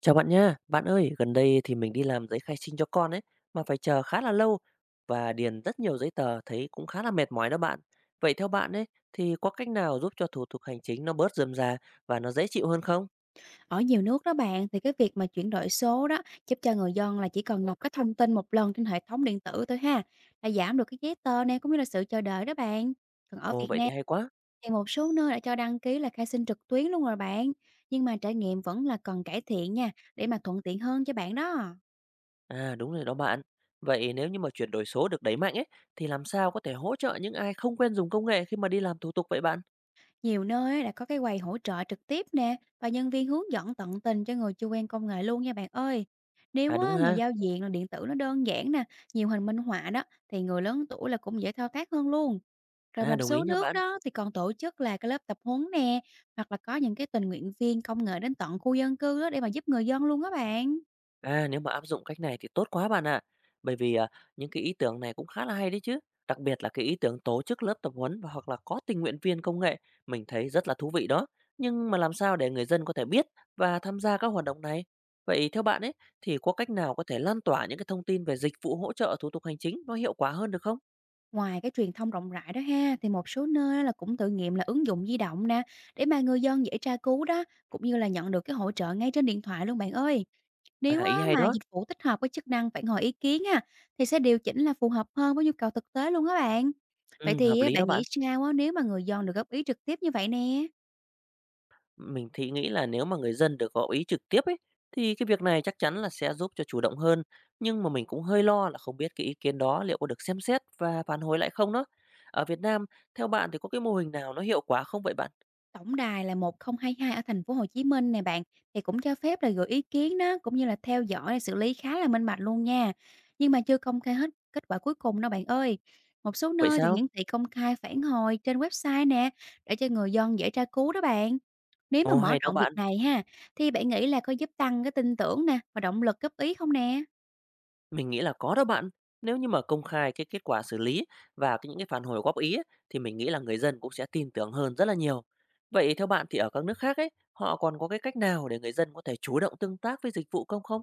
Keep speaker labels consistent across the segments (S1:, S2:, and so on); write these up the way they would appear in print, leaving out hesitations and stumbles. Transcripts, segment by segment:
S1: Chào bạn nha, bạn ơi, gần đây thì mình đi làm giấy khai sinh cho con ấy, mà phải chờ khá là lâu và điền rất nhiều giấy tờ thấy cũng khá là mệt mỏi đó bạn. Vậy theo bạn ấy, thì có cách nào giúp cho thủ tục hành chính nó bớt rườm rà và nó dễ chịu hơn không?
S2: Ở nhiều nước đó bạn thì cái việc mà chuyển đổi số đó giúp cho người dân là chỉ cần nộp cái thông tin một lần trên hệ thống điện tử thôi ha, là giảm được cái giấy tờ này cũng như là sự chờ đợi đó bạn. Còn ở
S1: Ồ,
S2: Việt
S1: vậy
S2: Nam
S1: thì hay quá.
S2: thì một số nơi đã cho đăng ký là khai sinh trực tuyến luôn rồi bạn. Nhưng mà trải nghiệm vẫn là cần cải thiện nha, để mà thuận tiện hơn cho bạn đó.
S1: À, đúng rồi đó bạn. Vậy nếu như mà chuyển đổi số được đẩy mạnh ấy, thì làm sao có thể hỗ trợ những ai không quen dùng công nghệ khi mà đi làm thủ tục vậy bạn?
S2: Nhiều nơi á, đã có cái quầy hỗ trợ trực tiếp nè và nhân viên hướng dẫn tận tình cho người chưa quen công nghệ luôn nha bạn ơi.
S1: À
S2: Nếu
S1: đúng
S2: á, mà
S1: ha,
S2: giao diện là điện tử nó đơn giản nè, nhiều hình minh họa đó, thì người lớn tuổi là cũng dễ thao tác hơn luôn. Rồi
S1: à
S2: một
S1: đồng ý
S2: số
S1: nha
S2: nước
S1: bạn.
S2: đó thì còn tổ chức là cái lớp tập huấn nè, hoặc là có những cái tình nguyện viên công nghệ đến tận khu dân cư đó để mà giúp người dân luôn á bạn.
S1: À, nếu mà áp dụng cách này thì tốt quá bạn ạ. Bởi vì à, những cái ý tưởng này cũng khá là hay đấy chứ. Đặc biệt là cái ý tưởng tổ chức lớp tập huấn và hoặc là có tình nguyện viên công nghệ, mình thấy rất là thú vị đó. Nhưng mà làm sao để người dân có thể biết và tham gia các hoạt động này? Vậy theo bạn ấy thì có cách nào có thể lan tỏa những cái thông tin về dịch vụ hỗ trợ thủ tục hành chính nó hiệu quả hơn được không?
S2: Ngoài cái truyền thông rộng rãi đó ha, thì một số nơi á là cũng thử nghiệm là ứng dụng di động nè, để mà người dân dễ tra cứu đó, cũng như là nhận được cái hỗ trợ ngay trên điện thoại luôn bạn ơi.
S1: À,
S2: Nếu
S1: ý
S2: á,
S1: hay
S2: mà
S1: đó.
S2: dịch vụ tích hợp với chức năng phản hồi ý kiến ha, thì sẽ điều chỉnh là phù hợp hơn với nhu cầu thực tế luôn á bạn. Vậy
S1: Ừ, hợp
S2: thì á,
S1: lý đó
S2: bạn nghĩ
S1: bạn.
S2: sao á, nếu mà người dân được góp ý trực tiếp như vậy nè?
S1: Mình thì nghĩ là nếu mà người dân được góp ý trực tiếp ấy thì cái việc này chắc chắn là sẽ giúp cho chủ động hơn, nhưng mà mình cũng hơi lo là không biết cái ý kiến đó liệu có được xem xét và phản hồi lại không đó. Ở Việt Nam, theo bạn thì có cái mô hình nào nó hiệu quả không vậy bạn?
S2: Tổng đài là 1022 ở thành phố Hồ Chí Minh nè bạn, thì cũng cho phép là gửi ý kiến đó, cũng như là theo dõi, này, xử lý khá là minh bạch luôn nha. Nhưng mà chưa công khai hết kết quả cuối cùng đâu bạn ơi. Một số
S1: Vậy
S2: nơi thì
S1: sao?
S2: hiển thị công khai phản hồi trên website nè, để cho người dân dễ tra cứu đó bạn. Nếu mà
S1: Ồ
S2: mở
S1: hay đó
S2: rộng việc
S1: bạn,
S2: này ha, thì bạn nghĩ là có giúp tăng cái tin tưởng nè và động lực góp ý không nè?
S1: mình nghĩ là có đó bạn. Nếu như mà công khai cái kết quả xử lý và cái những cái phản hồi góp ý ấy, thì mình nghĩ là người dân cũng sẽ tin tưởng hơn rất là nhiều. Vậy theo bạn thì ở các nước khác ấy, họ còn có cái cách nào để người dân có thể chủ động tương tác với dịch vụ công không?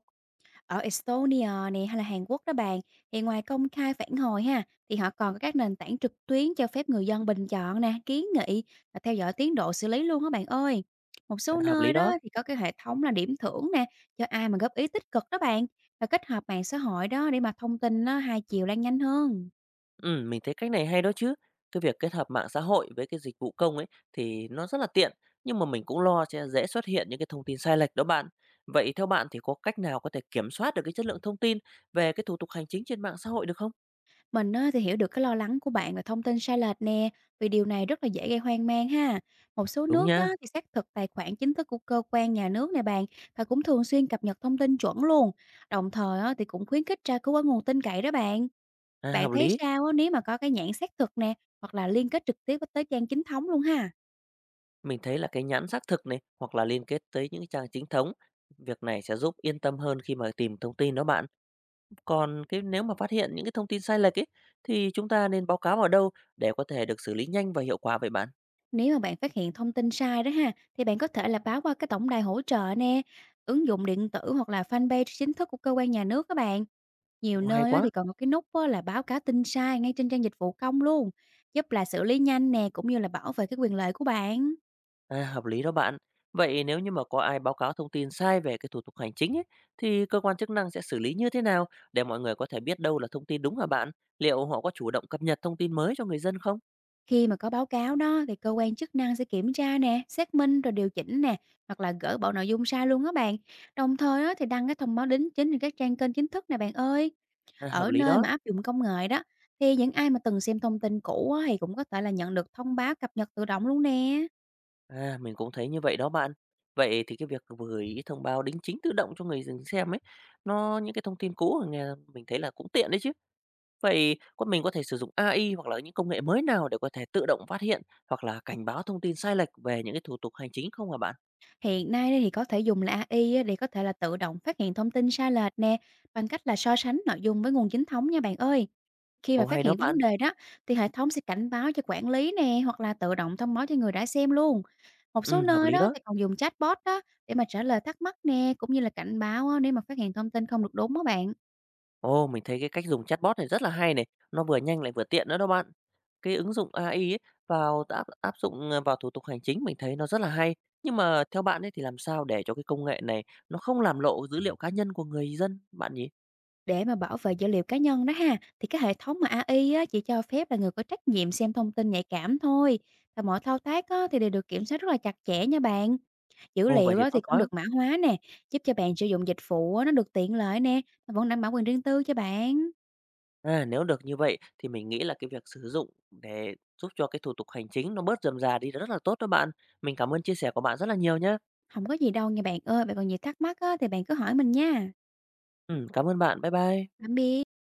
S2: Ở Estonia nè, hay là Hàn Quốc đó bạn, thì ngoài công khai phản hồi ha, thì họ còn có các nền tảng trực tuyến cho phép người dân bình chọn nè, kiến nghị và theo dõi tiến độ xử lý luôn đó bạn ơi. Một
S1: À,
S2: số
S1: hợp lý
S2: nơi
S1: đó.
S2: đó thì có cái hệ thống là điểm thưởng nè, cho ai mà góp ý tích cực đó bạn, và kết hợp mạng xã hội đó để mà thông tin nó hai chiều lan nhanh hơn.
S1: Mình thấy cách này hay đó chứ. Cái việc kết hợp mạng xã hội với cái dịch vụ công ấy thì nó rất là tiện, nhưng mà mình cũng lo sẽ dễ xuất hiện những cái thông tin sai lệch đó bạn. Vậy theo bạn thì có cách nào có thể kiểm soát được cái chất lượng thông tin về cái thủ tục hành chính trên mạng xã hội được không?
S2: Mình á, thì hiểu được cái lo lắng của bạn về thông tin sai lệch nè, vì điều này rất là dễ gây hoang mang ha. Một số
S1: Đúng
S2: nước
S1: nha.
S2: á, thì xác thực tài khoản chính thức của cơ quan nhà nước này bạn, và cũng thường xuyên cập nhật thông tin chuẩn luôn. Đồng thời á, thì cũng khuyến khích tra cứu ở nguồn tin cậy đó bạn.
S1: À,
S2: Bạn
S1: hợp
S2: thấy
S1: lý.
S2: sao á, nếu mà có cái nhãn xác thực nè, hoặc là liên kết trực tiếp với tới trang chính thống luôn ha.
S1: Mình thấy là cái nhãn xác thực này hoặc là liên kết tới những cái trang chính thống. Việc này sẽ giúp yên tâm hơn khi mà tìm thông tin đó bạn. Còn cái nếu mà phát hiện những cái thông tin sai lệch ấy thì chúng ta nên báo cáo vào đâu để có thể được xử lý nhanh và hiệu quả vậy bạn?
S2: Nếu mà bạn phát hiện thông tin sai đó ha, thì bạn có thể là báo qua cái tổng đài hỗ trợ nè, ứng dụng điện tử hoặc là fanpage chính thức của cơ quan nhà nước các bạn. Nhiều
S1: Ồ, hay
S2: nơi á thì
S1: quá.
S2: còn có cái nút á là báo cáo tin sai ngay trên trang dịch vụ công luôn, giúp là xử lý nhanh nè, cũng như là bảo vệ cái quyền lợi của bạn.
S1: À, hợp lý đó bạn. Vậy nếu như mà có ai báo cáo thông tin sai về cái thủ tục hành chính ấy, thì cơ quan chức năng sẽ xử lý như thế nào để mọi người có thể biết đâu là thông tin đúng hả bạn? Liệu họ có chủ động cập nhật thông tin mới cho người dân không?
S2: Khi mà có báo cáo đó thì cơ quan chức năng sẽ kiểm tra nè, xác minh rồi điều chỉnh nè, hoặc là gỡ bỏ nội dung sai luôn á bạn. Đồng thời á thì đăng cái thông báo đính chính trên các trang kênh chính thức nè bạn ơi.
S1: À, hợp
S2: Ở
S1: lý
S2: nơi
S1: đó.
S2: mà áp dụng công nghệ đó, thì những ai mà từng xem thông tin cũ á thì cũng có thể là nhận được thông báo cập nhật tự động luôn nè.
S1: À, mình cũng thấy như vậy đó bạn. Vậy thì cái việc gửi ý thông báo đính chính tự động cho người dân xem ấy, nó những cái thông tin cũ nghe mình thấy là cũng tiện đấy chứ. Vậy có mình có thể sử dụng AI hoặc là những công nghệ mới nào để có thể tự động phát hiện hoặc là cảnh báo thông tin sai lệch về những cái thủ tục hành chính không hả bạn?
S2: Hiện nay thì có thể dùng là AI á để có thể là tự động phát hiện thông tin sai lệch nè, bằng cách là so sánh nội dung với nguồn chính thống nha bạn ơi. Khi
S1: Ồ
S2: mà phát
S1: hay đó
S2: hiện
S1: bạn.
S2: vấn đề đó thì hệ thống sẽ cảnh báo cho quản lý nè, hoặc là tự động thông báo cho người đã xem luôn. Một số
S1: Hợp
S2: nơi
S1: lý
S2: đó
S1: đó.
S2: thì còn dùng chatbot đó để mà trả lời thắc mắc nè, cũng như là cảnh báo á nếu mà phát hiện thông tin không được đúng đó bạn.
S1: Ồ, mình thấy cái cách dùng chatbot này rất là hay này, nó vừa nhanh lại vừa tiện nữa đó bạn. Cái ứng dụng AI ấy vào áp áp dụng, vào thủ tục hành chính mình thấy nó rất là hay, nhưng mà theo bạn ấy thì làm sao để cho cái công nghệ này nó không làm lộ dữ liệu cá nhân của người dân bạn nhỉ?
S2: Để mà bảo vệ dữ liệu cá nhân đó ha, thì cái hệ thống mà AI á chỉ cho phép là người có trách nhiệm xem thông tin nhạy cảm thôi. Và mọi thao tác á thì đều được kiểm soát rất là chặt chẽ nha bạn. Dữ
S1: Ồ, vậy
S2: liệu
S1: thì
S2: đó
S1: tốt
S2: thì cũng
S1: quá.
S2: được mã hóa nè, giúp cho bạn sử dụng dịch vụ á, nó được tiện lợi nè, mà vẫn đảm bảo quyền riêng tư cho bạn.
S1: À, nếu được như vậy thì mình nghĩ là cái việc sử dụng để giúp cho cái thủ tục hành chính nó bớt rườm rà đi là rất là tốt đó bạn. Mình cảm ơn chia sẻ của bạn rất là nhiều nhé.
S2: Không có gì đâu nha bạn ơi, bạn còn gì thắc mắc á, thì bạn cứ hỏi mình nha.
S1: Cảm ơn bạn. Bye bye.
S2: Tạm biệt.